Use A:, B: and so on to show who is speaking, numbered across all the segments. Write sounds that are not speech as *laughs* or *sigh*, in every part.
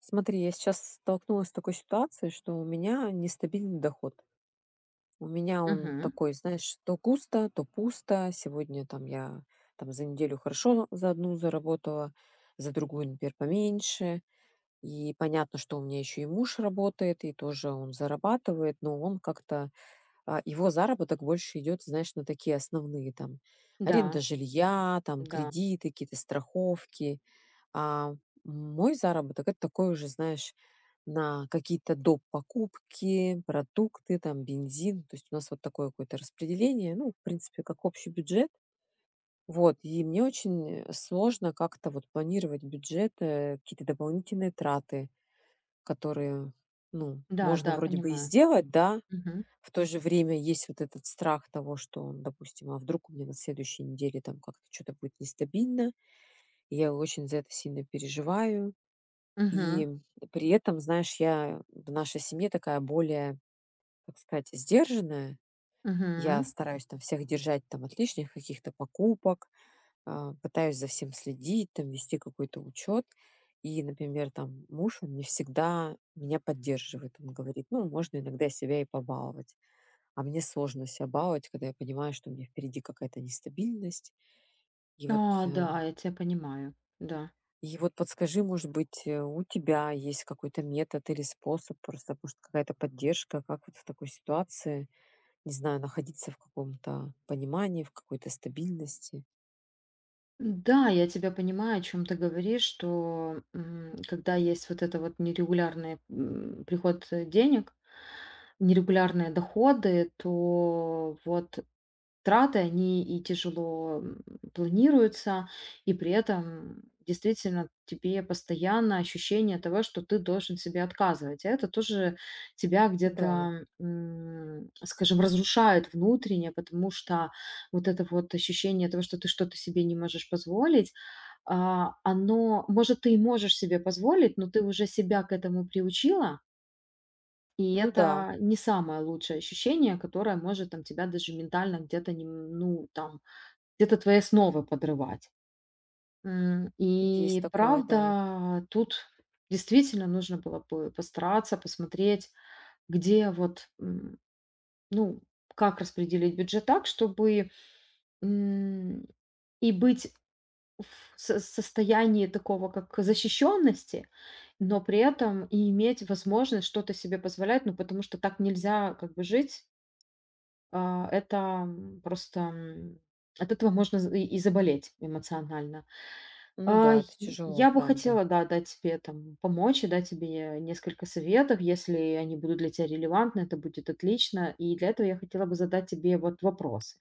A: Смотри, я сейчас столкнулась с такой ситуацией, что у меня нестабильный доход. У меня он
B: Мгм.
A: такой, знаешь, то густо, то пусто. Сегодня там я там за неделю хорошо за одну заработала, за другую, например, поменьше. И понятно, что у меня еще и муж работает, и тоже он зарабатывает, но он как-то его заработок больше идет, знаешь, на такие основные там
B: Да,
A: аренда жилья, там
B: да,
A: кредиты, какие-то страховки. А мой заработок это такой уже, знаешь, на какие-то доп. Покупки, продукты, там бензин. То есть у нас вот такое какое-то распределение, ну, в принципе, как общий бюджет. Вот, и мне очень сложно как-то вот планировать бюджет, какие-то дополнительные траты, которые, ну,
B: да,
A: можно
B: да,
A: вроде бы и
B: понимаю.
A: сделать, да,
B: Мгм.
A: в то же время есть вот этот страх того, что, он, допустим, а вдруг у меня на следующей неделе там как-то что-то будет нестабильно, и я очень за это сильно переживаю.
B: Мгм.
A: И при этом, знаешь, я в нашей семье такая более, так сказать, сдержанная. Я
B: Мгм.
A: стараюсь там всех держать там от лишних каких-то покупок, пытаюсь за всем следить, там вести какой-то учет. И, например, там муж, он не всегда меня поддерживает. Он говорит, ну, можно иногда себя и побаловать. А мне сложно себя баловать, когда я понимаю, что у меня впереди какая-то нестабильность. И вот,
B: А,
A: э,
B: да, я тебя понимаю. Да.
A: и вот, подскажи, может быть, у тебя есть какой-то метод или способ, просто может какая-то поддержка, как вот в такой ситуации, не знаю, находиться в каком-то понимании, в какой-то стабильности.
B: Да, я тебя понимаю, о чем ты говоришь, что когда есть вот это вот нерегулярный приход денег, нерегулярные доходы, то вот траты, они и тяжело, планируются, и при этом действительно тебе постоянно ощущение того, что ты должен себе отказывать. А это тоже тебя
A: Да,
B: где-то, скажем, разрушает внутренне, потому что вот это вот ощущение того, что ты что-то себе не можешь позволить, а, оно, может, ты и можешь себе позволить, но ты уже себя к этому приучила, и
A: ну да,
B: это не самое лучшее ощущение, которое может там тебя даже ментально где-то, не ну, там, где-то твои основы подрывать.
A: есть
B: И
A: такое, да.
B: правда, тут действительно нужно было бы постараться посмотреть, где вот, ну, как распределить бюджет так, чтобы м, и быть в со состоянии такого, как защищенности, но при этом и иметь возможность что-то себе позволять, ну, потому что так нельзя как бы жить. А, это, просто, от этого можно з и заболеть эмоционально.
A: Ну
B: А,
A: да, это
B: й
A: тяжело,
B: я бы
A: правда.
B: хотела, да, дать тебе там помочь и дать тебе несколько советов. Если они будут для тебя релевантны, это будет отлично. И для этого я хотела бы задать тебе вот вопросы.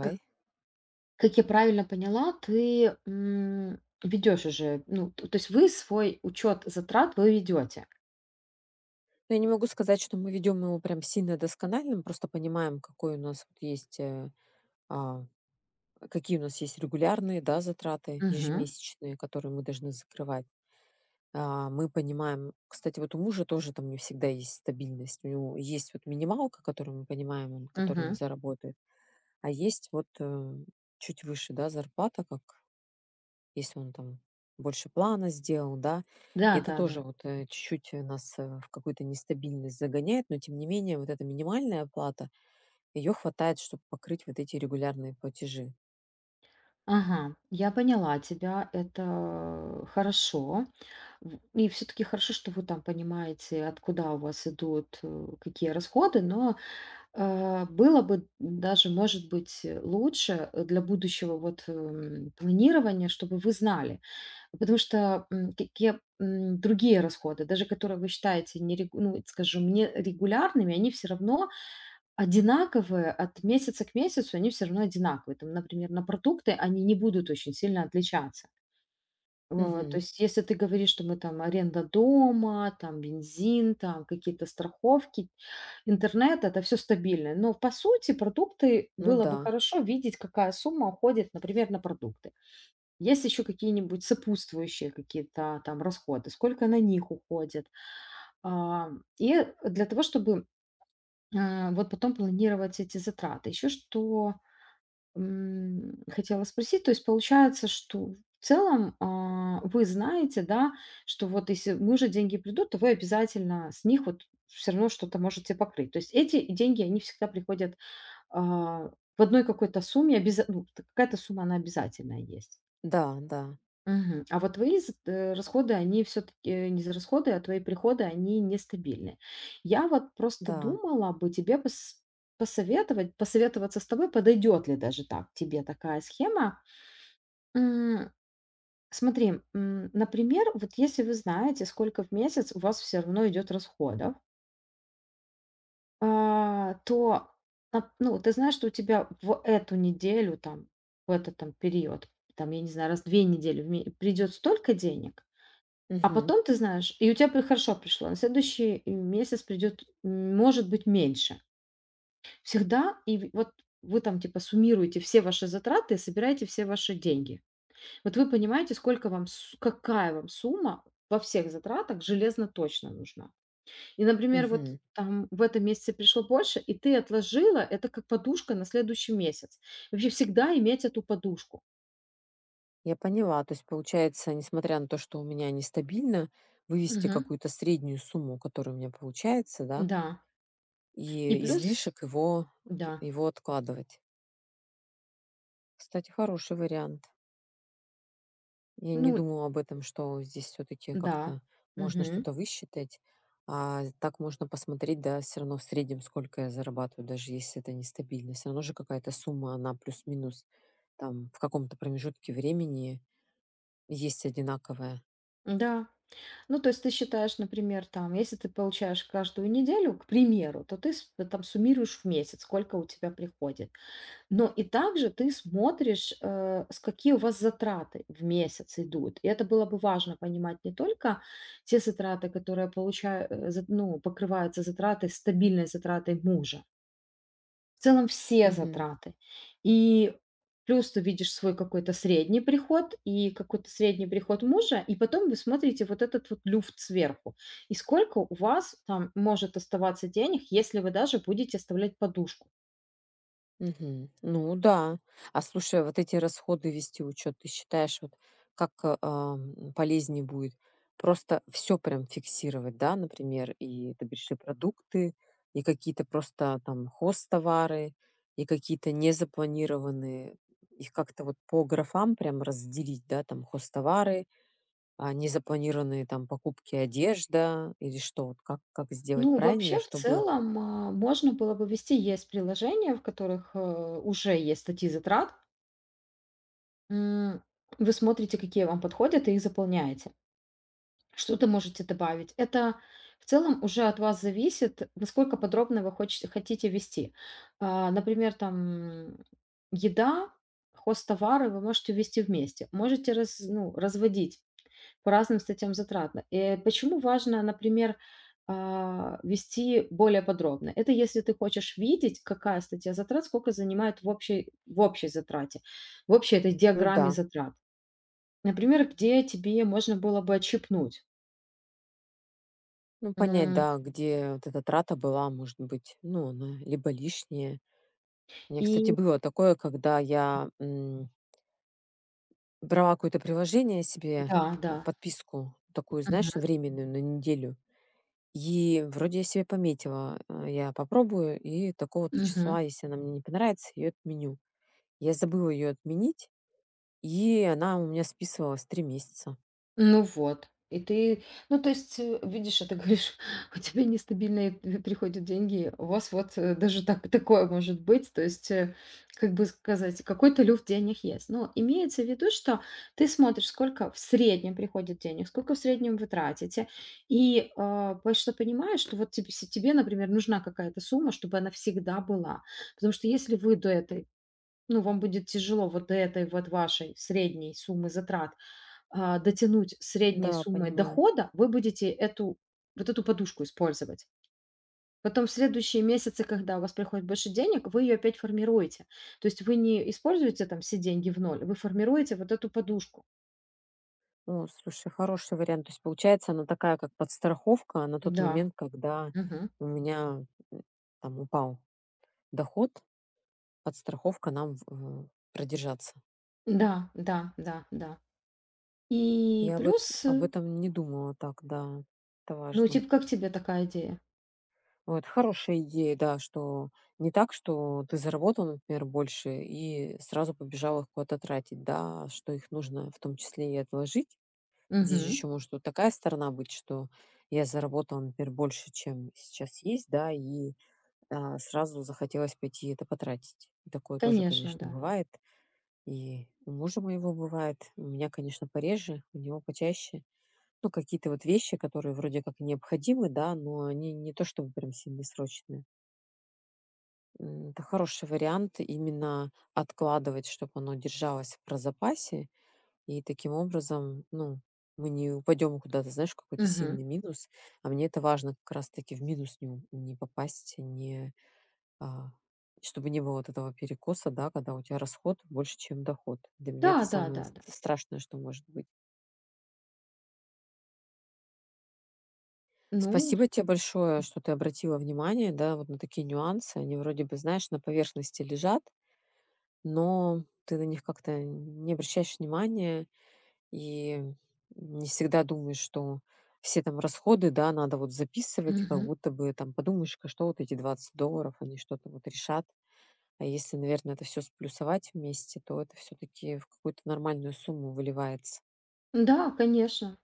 B: Как как я правильно поняла, ты, ведёшь уже, ну, т то есть вы свой учет затрат вы ведете.
A: Но я не могу сказать, что мы ведем его прям сильно доскональным, просто понимаем, какой у нас вот есть а, какие у нас есть регулярные, да, затраты
B: Мгм,
A: ежемесячные, которые мы должны закрывать. А, мы понимаем, кстати, вот у мужа тоже там не всегда есть стабильность. У него есть вот минималка, которую мы понимаем, которую он
B: мгм.
A: заработает, а есть вот чуть выше, да, зарплата, как если он там больше плана сделал, да. И это
B: Да-да-да.
A: тоже вот чуть-чуть нас в какую-то нестабильность загоняет, но тем не менее вот эта минимальная оплата, ее хватает, чтобы покрыть вот эти регулярные платежи.
B: Ага, я поняла тебя. Это хорошо. В И все таки хорошо, что вы там понимаете, откуда у вас идут, какие расходы. Было бы даже, может быть, лучше, для будущего вот, планирования, чтобы вы знали. Потому что, какие, другие расходы, даже которые вы считаете не регу, ну, скажем, нерегулярными, они все равно одинаковые от месяца к месяцу, они все равно одинаковые. Там, например, на продукты они не будут очень сильно отличаться. Вот, то
A: Мгм.
B: есть, если ты говоришь, что мы там аренда дома, там бензин, там какие-то страховки, Интернет — это все стабильно. Но, по сути, продукты
A: Ну
B: было
A: да.
B: бы хорошо видеть, какая сумма уходит, например, на продукты. Есть еще какие-нибудь сопутствующие какие-то там расходы, сколько на них уходит. А, и для того, чтобы, вот потом планировать эти затраты. Еще что, хотела спросить, то есть получается, что в целом, вы знаете, да, что вот если мужа деньги придут, то вы обязательно с них вот все равно что-то можете покрыть. То есть эти деньги, они всегда приходят а, в одной какой-то сумме обяза ну, т какая-то сумма, она обязательная есть.
A: Да, да,
B: Мгм. А вот твои з расходы, они все таки не за расходы, а твои приходы, они нестабильные. Я вот просто
A: да.
B: думала бы тебе посоветовать, посоветоваться с тобой, подойдет ли даже так тебе такая схема. М, Смотри, например, вот если вы знаете, сколько в месяц у вас все равно идет расходов. То, ну, ты знаешь, что у тебя в эту неделю, там, в этот там период, там, я не знаю, раз в 2 недели в ме придет столько денег, а
A: Мгм,
B: потом ты знаешь, и у тебя при хорошо пришло, на следующий месяц придет, может быть, меньше. Всегда и в вот вы там типа суммируете все ваши затраты и собираете все ваши деньги. Вот вы понимаете, сколько вам су какая вам сумма во всех затратах железно точно нужна. И, например, вот
A: мгм.
B: там в этом месяце пришло больше, и ты отложила это как подушка на следующий месяц. Вообще всегда иметь эту подушку.
A: Я поняла. То есть, получается, несмотря на то, что у меня нестабильно, вывести
B: Мгм.
A: какую-то среднюю сумму, которая у меня получается, да,
B: Да. И
A: и
B: плюс,
A: излишек его,
B: да,
A: его откладывать. Кстати, хороший вариант. Я не
B: ну
A: думала об этом, что здесь все-таки
B: да,
A: как-то можно
B: мгм,
A: что-то высчитать, а так можно посмотреть, да, все равно в среднем, сколько я зарабатываю, даже если это нестабильно. Все равно же какая-то сумма, она плюс-минус там в каком-то промежутке времени есть одинаковая.
B: да. Ну, то есть ты считаешь, например, там, если ты получаешь каждую неделю, к примеру, то ты там суммируешь в месяц, сколько у тебя приходит. Но и также ты смотришь, с какие у вас затраты в месяц идут. И это было бы важно понимать не только те затраты, которые ну, покрываются затратой, стабильной затратой мужа. В целом все
A: Мгм.
B: затраты. И плюс ты видишь свой какой-то средний приход и какой-то средний приход мужа, и потом вы смотрите вот этот вот люфт сверху. И сколько у вас там может оставаться денег, если вы даже будете оставлять подушку.
A: Мгм. Ну да. А слушай, а вот эти расходы вести учет, ты считаешь, вот как полезнее будет? Просто все прям фиксировать, да, например, и ты говоришь, и продукты, и какие-то просто там хозтовары, и какие-то незапланированные, их как-то вот по графам прям разделить, да, там хозтовары, а незапланированные там покупки одежда или что, вот как сделать
B: Ну,
A: правильно,
B: вообще, в
A: чтобы,
B: целом, можно было бы вести есть приложения, в которых уже есть статьи затрат. М, Вы смотрите, какие вам подходят, и их заполняете. Что-то можете добавить. Это в целом уже от вас зависит, насколько подробно вы хотите вести. Например, там еда, хозтовары вы можете ввести вместе. Можете ну, разводить по разным статьям затратно. И почему важно, например, вести более подробно? Это если ты хочешь видеть, какая статья затрат, сколько занимает в общей затрате, в общей этой
A: ну
B: диаграмме
A: да,
B: затрат. Например, где тебе можно было бы отщипнуть.
A: ну, понять,
B: М,
A: да, где вот эта трата была, может быть, ну, она либо лишняя. У меня, кстати,
B: И
A: было такое, когда я брала какое-то приложение себе,
B: да, да.
A: подписку такую, знаешь,
B: Мгм,
A: временную на неделю. И вроде я себе пометила, я попробую, и такого-то
B: мгм.
A: числа, если она мне не понравится, ее отменю. Я забыла ее отменить, и она у меня списывалась 3 месяца.
B: Ну вот. И ты, ну, то есть, видишь, а ты говоришь, *laughs* у тебя нестабильные приходят деньги, у вас вот даже так, такое может быть, то есть, как бы сказать, какой-то люфт денег есть. Но имеется в виду, что ты смотришь, сколько в среднем приходит денег, сколько в среднем вы тратите, и потому что понимаешь, что вот тебе, например, нужна какая-то сумма, чтобы она всегда была. Потому что если вы до этой, ну, вам будет тяжело вот до этой вот вашей средней суммы затрат дотянуть средней
A: Да,
B: суммой
A: понимаю.
B: дохода, вы будете эту, вот эту подушку использовать. Потом в следующие месяцы, когда у вас приходит больше денег, вы ее опять формируете. То есть вы не используете там все деньги в ноль, вы формируете вот эту подушку.
A: О, слушай, хороший вариант. То есть получается, она такая, как подстраховка на тот
B: Да,
A: момент, когда
B: мгм.
A: у меня м, там упал доход, подстраховка нам продержаться.
B: Да, да, да, да. И
A: Я об, эт-
B: плюс,
A: об этом не думала так, да, это
B: ну,
A: важно.
B: типа, как тебе такая идея?
A: Вот, хорошая идея, да, что не так, что ты заработал, например, больше и сразу побежал их куда-то тратить, да, а что их нужно в том числе и отложить. Здесь же
B: Мгм.
A: еще может вот такая сторона быть, что я заработала, например, больше, чем сейчас есть, да, и сразу захотелось пойти это потратить. И такое тоже,
B: Конечно,
A: конечно,
B: да.
A: бывает. И у мужа моего бывает. У меня, конечно, пореже, у него почаще. Ну, какие-то вот вещи, которые вроде как необходимы, да, но они не то чтобы прям сильно срочные. Это хороший вариант именно откладывать, чтобы оно держалось в прозапасе, и таким образом, ну, мы не упадем куда-то, знаешь, в какой-то
B: Мгм.
A: сильный минус. А мне это важно как раз-таки в минус не попасть, не, а, чтобы не было вот этого перекоса, да, когда у тебя расход больше, чем доход. Для меня
B: Да,
A: это
B: да,
A: самое
B: да, да.
A: страшное, что может быть.
B: Ну,
A: Спасибо тебе большое, что ты обратила внимание, да, вот на такие нюансы. Они вроде бы, знаешь, на поверхности лежат, но ты на них как-то не обращаешь внимания, и не всегда думаешь, что все там расходы, да, надо вот записывать, как
B: мгм.
A: будто бы там подумаешь-ка, что вот эти $20, они что-то вот решат. А если, наверное, это все сплюсовать вместе, то это все-таки в какую-то нормальную сумму выливается.
B: Да, конечно.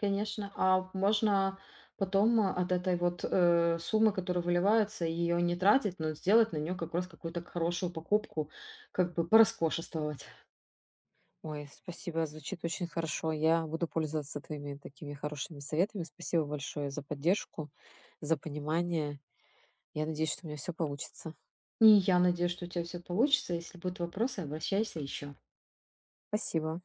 B: Конечно, а можно потом от этой вот суммы, которая выливается, ее не тратить, но сделать на нее как раз какую-то хорошую покупку, как бы пороскошествовать.
A: Ой, спасибо, звучит очень хорошо. Я буду пользоваться твоими такими хорошими советами. Спасибо большое за поддержку, за понимание. Я надеюсь, что у меня все получится.
B: И я надеюсь, что у тебя все получится. Если будут вопросы, обращайся еще.
A: Спасибо.